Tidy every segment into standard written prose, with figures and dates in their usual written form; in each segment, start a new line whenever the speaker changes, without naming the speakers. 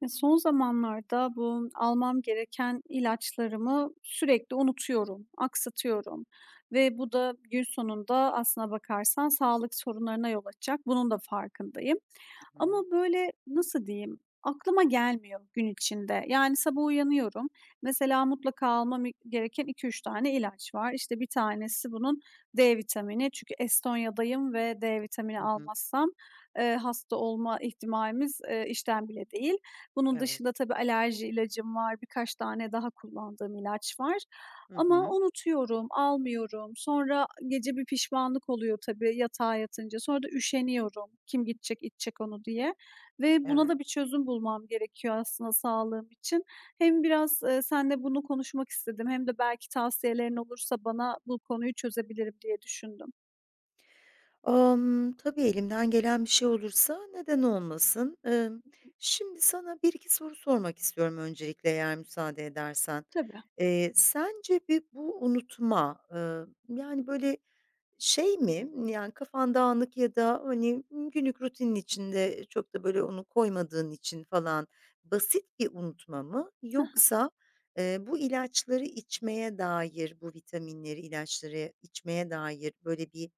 Ya, son zamanlarda bu almam gereken ilaçlarımı sürekli unutuyorum, aksatıyorum ve bu da gün sonunda aslına bakarsan sağlık sorunlarına yol açacak. Bunun da farkındayım
Hı
ama,
hı.
böyle, nasıl diyeyim, aklıma gelmiyor gün içinde. Yani, sabah uyanıyorum, mesela mutlaka almam gereken iki üç tane ilaç var. İşte, bir tanesi bunun D vitamini çünkü Estonya'dayım ve D vitamini
Hı.
almazsam, hasta olma ihtimalimiz, işten bile değil. Bunun
Evet.
dışında tabii alerji ilacım var, birkaç tane daha kullandığım ilaç var
Hı
ama
hı.
unutuyorum, almıyorum. Sonra gece bir pişmanlık oluyor tabii yatağa yatınca. Sonra da üşeniyorum kim gidecek, içecek onu diye ve buna
Evet.
da bir çözüm bulmam gerekiyor aslında sağlığım için. Hem biraz, seninle bunu konuşmak istedim hem de belki tavsiyelerin olursa bana bu konuyu çözebilirim diye düşündüm.
Tabii elimden gelen bir şey olursa neden olmasın? Şimdi sana bir iki soru sormak istiyorum öncelikle eğer müsaade edersen.
Tabii,
Sence bir bu unutma, yani, böyle şey mi, yani, kafan dağınık ya da, hani, günlük rutinin içinde çok da böyle onu koymadığın için falan basit bir unutma mı yoksa, bu ilaçları içmeye dair, bu vitaminleri, ilaçları içmeye dair böyle bir,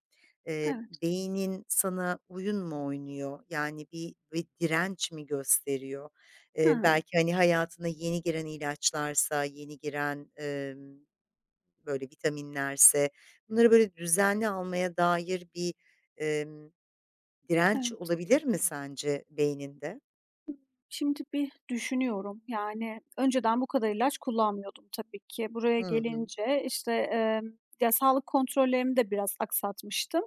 evet.
beynin sana oyun mu oynuyor? Yani, bir direnç mi gösteriyor? Eee,
Hıı,
belki, hani, hayatına yeni giren ilaçlarsa, yeni giren, böyle vitaminlerse bunları böyle düzenli almaya dair bir, emm, direnç
evet.
olabilir mi sence beyninde?
Şimdi bir düşünüyorum. Yani, önceden bu kadar ilaç kullanmıyordum tabii ki. Buraya
Hı hı.
gelince, işte, ya, sağlık kontrollerimi de biraz aksatmıştım.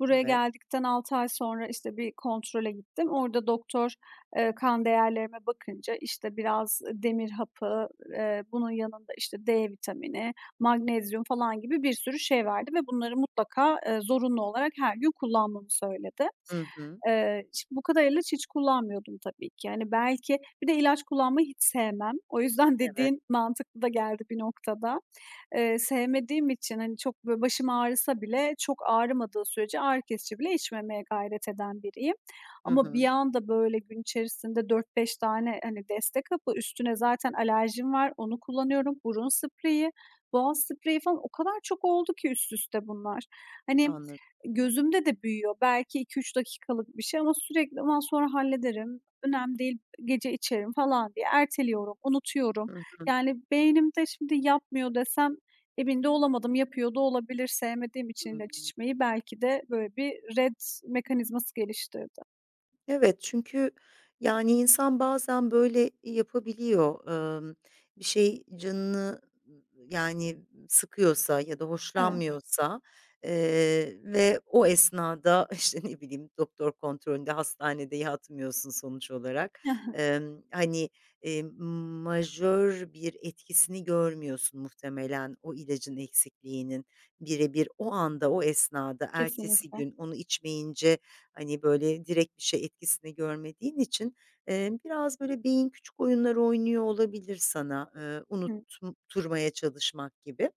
Buraya
Evet.
geldikten 6 ay sonra, işte, bir kontrole gittim. Orada doktor, kan değerlerime bakınca, işte, biraz demir hapı, bunun yanında, işte, D vitamini, magnezyum falan gibi bir sürü şey verdi ve bunları mutlaka, zorunlu olarak her gün kullanmamı söyledi.
Hı hı.
Şimdi bu kadar ilaç hiç kullanmıyordum tabii ki. Yani belki bir de ilaç kullanmayı hiç sevmem. O yüzden
Evet.
dediğin mantıklı da geldi bir noktada. Sevmediğim için, hani, çok böyle başım ağrısa bile çok ağrımadığı sürece ağrı kesici bile içmemeye gayret eden biriyim.
Hı
Ama bir
hı.
anda böyle gün içerisinde dört beş tane, hani, deste kapı, üstüne zaten alerjim var, onu kullanıyorum, burun spreyi, boğaz spreyi falan o kadar çok oldu ki üst üste bunlar. Hani,
Anladım.
gözümde de büyüyor. Belki iki üç dakikalık bir şey ama sürekli aman sonra hallederim, önemli değil, gece içerim falan diye erteliyorum, unutuyorum.
Hı hı.
Yani beynimde şimdi yapmıyor desem emin de olamadım. Yapıyor da olabilir. Sevmediğim için
Hıı.
ilaç içmeyi belki de böyle bir red mekanizması geliştirdi.
Evet, çünkü, yani, insan bazen böyle yapabiliyor. Bir şey canını, yani, sıkıyorsa ya da
Evet.
hoşlanmıyorsa, ve o esnada, işte, ne bileyim, doktor kontrolünde, hastanede yatmıyorsun sonuç olarak.
Hı hı.
Hani, majör bir etkisini görmüyorsun muhtemelen o ilacın eksikliğinin. Birebir o anda, o esnada, ertesi
Kesinlikle.
gün onu içmeyince. Hani, böyle, direkt bir şey etkisini görmediğin için, biraz, böyle, beyin küçük oyunlar oynuyor olabilir sana,
Hı.
unutturmaya çalışmak gibi.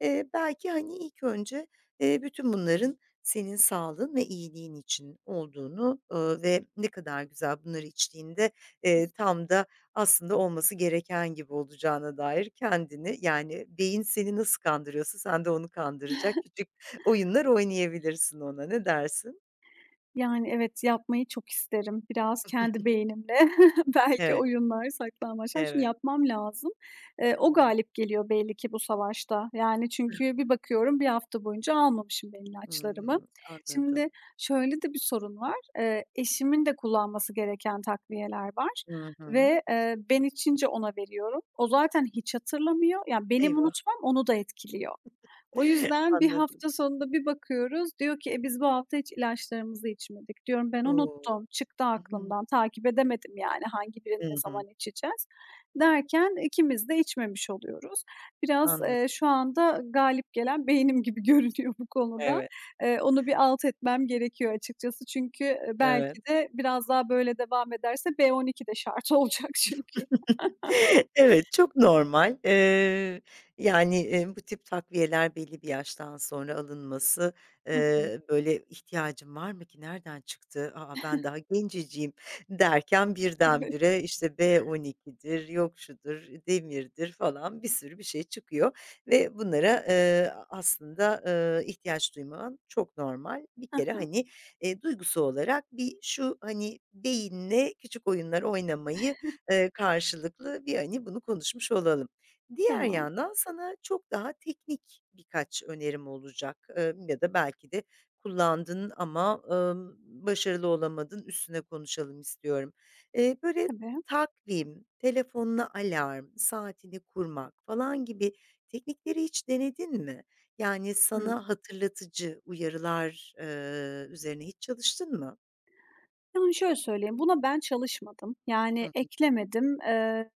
Belki, hani, ilk önce, bütün bunların senin sağlığın ve iyiliğin için olduğunu, ve ne kadar güzel bunları içtiğinde, tam da aslında olması gereken gibi olacağına dair kendini, yani, beyin seni nasıl kandırıyorsa sen de onu kandıracak küçük oyunlar oynayabilirsin ona. Ne dersin?
Yani, evet, yapmayı çok isterim. Biraz kendi beynimle belki
Evet.
oyunlar, saklambaçlar çünkü
Evet.
yapmam lazım. Eee,
Hı
o
hı.
galip geliyor belli ki bu savaşta. Yani, çünkü bir bakıyorum, bir hafta boyunca almamışım ben ilaçlarımı.
Hımm,
Şimdi
anladım.
şöyle de bir sorun var, eşimin de kullanması gereken takviyeler var
Hı hı.
ve, ben içince ona veriyorum. O zaten hiç hatırlamıyor. Yani, benim
Eyvah!
unutmam onu da etkiliyor. O yüzden bir
Anladım.
hafta sonunda bir bakıyoruz, diyor ki, "E, biz bu hafta hiç ilaçlarımızı içmedik." Diyorum, "Ben
O!
unuttum, çıktı
Hı hı.
aklımdan, takip edemedim yani hangi birini
Hı
ne
hı.
zaman içeceğiz." Derken ikimiz de içmemiş oluyoruz. Biraz,
Anladım.
şu anda galip gelen beynim gibi görünüyor bu konuda.
Evet,
Onu bir alt etmem gerekiyor açıkçası çünkü,
evet.
belki de biraz daha böyle devam ederse B12 de şart olacak çünkü.
Evet, çok normal. Yani, bu tip takviyeler belli bir yaştan sonra alınması,
Hı hı.
böyle, "İhtiyacım var mı ki? Nereden çıktı? A, ben daha genceciyim." derken
Evet.
birdenbire, işte, B12'dir, yok şudur, demirdir falan bir sürü bir şey çıkıyor ve bunlara, aslında, ihtiyaç duyman çok normal. Bir
Hı
kere,
hı.
hani, duygusu olarak bir şu, hani, beyinle küçük oyunlar oynamayı karşılıklı bir, hani, bunu konuşmuş olalım. Diğer
Tamam.
yandan sana çok daha teknik birkaç önerim olacak, ya da belki de kullandın ama, başarılı olamadın, üstüne konuşalım istiyorum. Böyle
Tabii.
takvim, telefonuna alarm, saatini kurmak falan gibi teknikleri hiç denedin mi? Yani
Hı.
sana hatırlatıcı uyarılar, üzerine hiç çalıştın mı?
Yani, şöyle söyleyeyim, buna ben çalışmadım. Yani,
Hı hı.
eklemedim. Eee,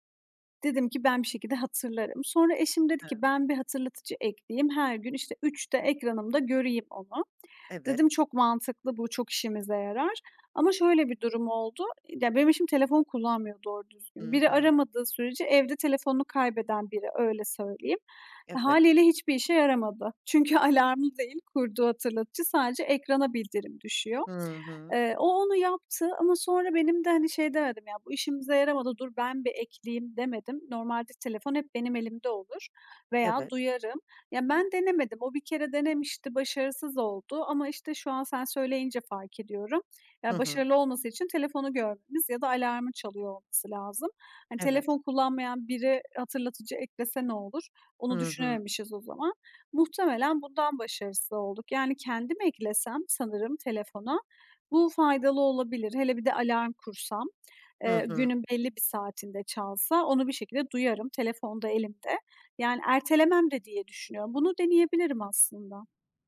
dedim ki ben bir şekilde hatırlarım. Sonra eşim dedi
Evet.
ki ben bir hatırlatıcı ekleyeyim. Her gün, işte, üçte ekranımda göreyim onu.
Evet.
Dedim çok mantıklı bu, çok işimize yarar. Ama şöyle bir durum oldu. Ya, benim eşim telefon kullanmıyor doğru düzgün.
Hı
Biri
hı.
aramadığı sürece evde telefonunu kaybeden biri, öyle söyleyeyim.
Evet.
Haliyle hiçbir işe yaramadı. Çünkü alarmı değil kurduğu hatırlatıcı, sadece ekrana bildirim düşüyor.
Hı hı.
O onu yaptı ama sonra benim de, hani, şey demedim ya, "Bu işimize yaramadı, dur ben bir ekleyeyim." demedim. Normalde telefon hep benim elimde olur veya
Evet.
duyarım. Ya, ben denemedim. O bir kere denemişti, başarısız oldu ama, işte, şu an sen söyleyince fark ediyorum.
Hı
Ya,
hı.
başarılı olması için telefonu görmemiz ya da alarmın çalıyor olması lazım. Hani,
Evet.
telefon kullanmayan biri hatırlatıcı eklese ne olur? Onu
Hı hı.
düşünememişiz o zaman. Muhtemelen bundan başarısız olduk. Yani kendim eklesem sanırım telefona bu faydalı olabilir. Hele bir de alarm kursam,
Hı hı.
günün belli bir saatinde çalsa onu bir şekilde duyarım telefonda elimde. Yani ertelemem de diye düşünüyorum. Bunu deneyebilirim aslında.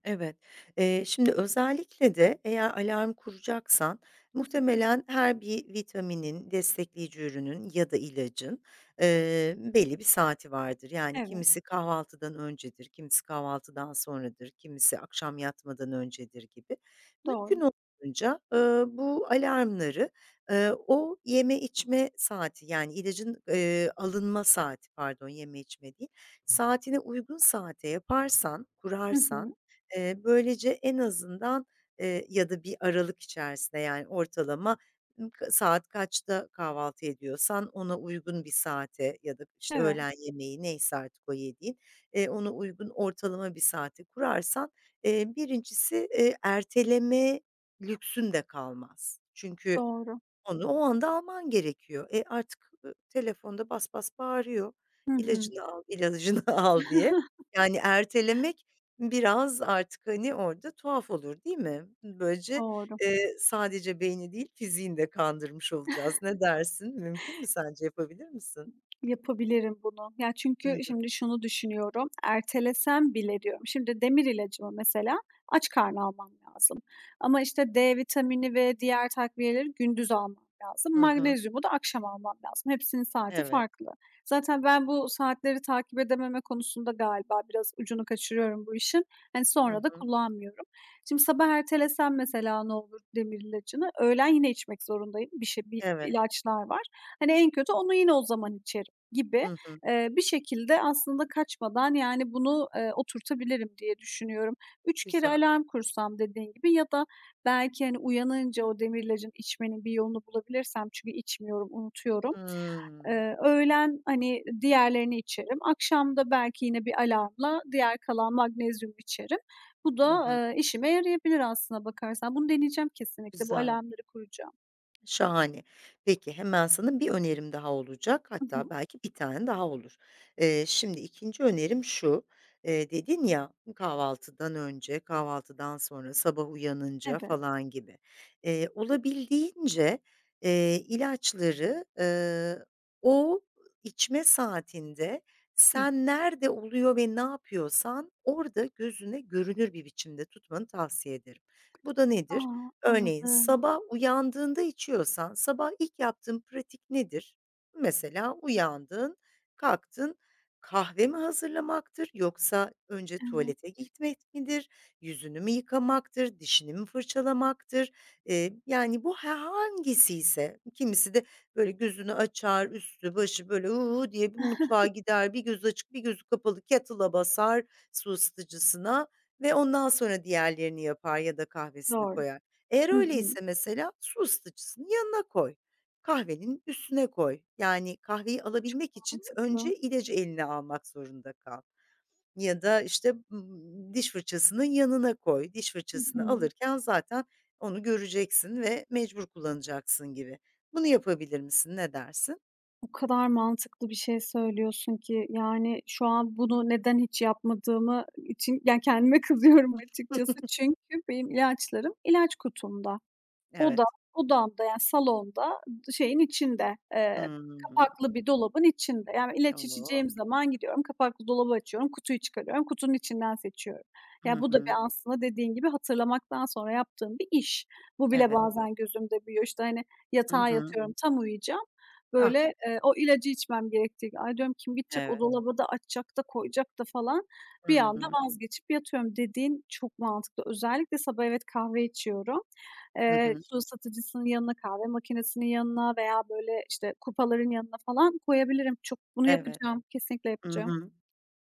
Evet. Şimdi özellikle de eğer alarm kuracaksan
Hı hı.
muhtemelen her bir vitaminin, destekleyici ürünün ya da ilacın, belli bir saati vardır. Yani
Evet,
kimisi kahvaltıdan öncedir, kimisi kahvaltıdan sonradır, kimisi akşam yatmadan öncedir gibi. Mümkün
doğru.
olduğunca, bu alarmları, o yeme içme saati yani ilacın, alınma saati pardon yeme içme değil, saatine uygun saate yaparsan,
Hı
kurarsan.
hı.
Böylece en azından, ya da bir aralık içerisinde yani ortalama ım k saat kaçta kahvaltı ediyorsan ona uygun bir saate ya da, işte,
Evet,
öğlen yemeği neyse artık o yediğin, ona uygun ortalama bir saate kurarsan, birincisi, erteleme lüksün de kalmaz. Çünkü
doğru.
onu o anda alman gerekiyor. E, artık, telefonda bas bas bağırıyor,
Hı hı.
"İlacını al, ilacını al." diye. Yani ertelemek biraz artık, hani, orada tuhaf olur, değil mi? Böylece,
Doğru.
sadece beyni değil fiziğini de kandırmış olacağız. Ne dersin? Mümkün mü sence? Yapabilir misin?
Yapabilirim bunu. Ya,
Hı
çünkü
hı.
şimdi şunu düşünüyorum, ertelesem bile diyorum, şimdi demir ilacımı mesela aç karnı almam lazım ama, işte, D vitamini ve diğer takviyeleri gündüz almam lazım.
Hı hı.
Magnezyumu da akşam almam lazım. Hepsinin saati
Evet.
farklı. Zaten ben bu saatleri takip edememe konusunda galiba biraz ucunu kaçırıyorum bu işin. Hani, sonra
Hı
da
hı.
kullanmıyorum. Şimdi sabah ertelesem mesela ne olur demir ilacını? Öğlen yine içmek zorundayım. Bir şey bir
Evet.
ilaçlar var. Hani, en kötü onu yine o zaman içerim gibi,
Hı hı.
bir şekilde aslında kaçmadan, yani, bunu, oturtabilirim diye düşünüyorum. Üç kere
Güzel.
alarm kursam dediğin gibi ya da belki, hani, uyanınca o demirlacın içmenin bir yolunu bulabilirsem çünkü içmiyorum, unutuyorum.
Hımm.
Öğlen, hani, diğerlerini içerim. Akşam da belki yine bir alarmla diğer kalan magnezyumu içerim. Bu
Hı
da,
hı.
işime yarayabilir aslına bakarsan. Bunu deneyeceğim kesinlikle. Bu
Güzel.
alarmları kuracağım.
Şahane. Peki, hemen sana bir önerim daha olacak.
Hı
Hatta
hı.
belki bir tane daha olur. Şimdi ikinci önerim şu: Dedin ya, kahvaltıdan önce, kahvaltıdan sonra, sabah uyanınca
Evet.
falan gibi. Olabildiğince, ilaçları, o içme saatinde
Hı.
sen nerede oluyor ve ne yapıyorsan orada gözüne görünür bir biçimde tutmanı tavsiye ederim. Bu da nedir?
A!
Örneğin
Anladım.
sabah uyandığında içiyorsan sabah ilk yaptığın pratik nedir? Mesela uyandın, kalktın, kahve mi hazırlamaktır yoksa önce
Evet.
tuvalete gitmek midir? Yüzünü mü yıkamaktır? Dişini mi fırçalamaktır? Yani bu hangisiyse kimisi de böyle gözünü açar, üstü başı böyle uuu diye bir mutfağa gider, bir gözü açık bir gözü kapalı kettle'a basar su ısıtıcısına ve ondan sonra diğerlerini yapar ya da kahvesini
Doğru.
koyar. Eğer
Hı hı.
öyleyse mesela su ısıtıcısını yanına koy. Kahvenin üstüne koy. Yani kahveyi alabilmek için
Mantıklı.
önce ilacı eline almak zorunda kal ya da, işte, diş fırçasının yanına koy. Diş
Hı
fırçasını
hı.
alırken zaten onu göreceksin ve mecbur kullanacaksın gibi. Bunu yapabilir misin? Ne dersin?
O kadar mantıklı bir şey söylüyorsun ki, yani, şu an bunu neden hiç yapmadığımı için, yani, kendime kızıyorum açıkçası. Çünkü benim ilaçlarım ilaç kutumda. Oda
Evet.
odamda, yani, salonda, şeyin içinde,
Hımm.
kapaklı bir dolabın içinde. Yani, ilaç
O!
içeceğim zaman gidiyorum, kapaklı dolabı açıyorum, kutuyu çıkarıyorum, kutunun içinden seçiyorum.
Hı
Ya, bu da
hı.
bir aslında dediğin gibi hatırlamaktan sonra yaptığım bir iş. Bu bile
Evet.
bazen gözümde büyüyor. İşte, hani,
Hı
yatağa
hı.
yatıyorum, tam uyuyacağım.
Ah,
Böyle, o ilacı içmem gerektiği gün, "Ay," diyorum, "kim gidecek o
evet.
dolaba da açacak da koyacak da" falan.
Hı
Bir anda
hı.
vazgeçip yatıyorum dediğin çok mantıklı. Özellikle sabah evet kahve içiyorum.
Hı
Eee,
hı.
su ısıtıcısının yanına, kahve makinesinin yanına veya, böyle, işte, kupaların yanına falan koyabilirim. Çok bunu
Evet.
yapacağım, kesinlikle
Hı
yapacağım.
hı.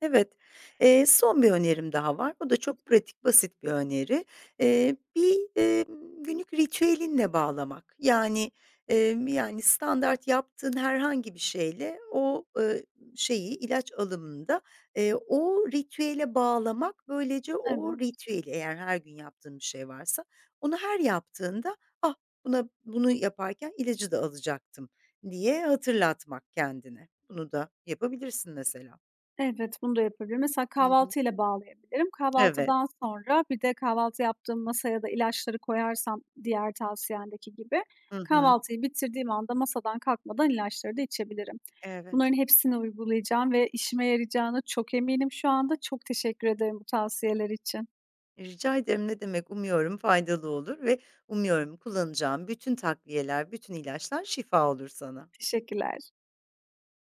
Evet. Son bir önerim daha var. Bu da çok
Hı
pratik, basit bir öneri. Bir, günlük ritüelinle bağlamak. Yani, yani, standart yaptığın herhangi bir şeyle o, şeyi, ilaç alımında, o ritüele bağlamak, böylece
hı.
o
Evet.
ritüeli eğer her gün yaptığın bir şey varsa, onu her yaptığında, "Ah, buna bunu yaparken ilacı da alacaktım." diye hatırlatmak kendine. Bunu da yapabilirsin mesela.
Evet, bunu da yapabilirim. Mesela
Hı hı.
kahvaltıyla bağlayabilirim.
Evet.
Kahvaltıdan sonra bir de kahvaltı yaptığım masaya da ilaçları koyarsam diğer tavsiyendeki gibi,
Hı hı.
kahvaltıyı bitirdiğim anda masadan kalkmadan ilaçları da içebilirim.
Evet.
Bunların hepsini uygulayacağım ve işime yarayacağına çok eminim şu anda. Çok teşekkür ederim bu tavsiyeler için.
Rica ederim, ne demek. Umuyorum faydalı olur ve umuyorum kullanacağım bütün takviyeler, bütün ilaçlar şifa olur sana.
Teşekkürler.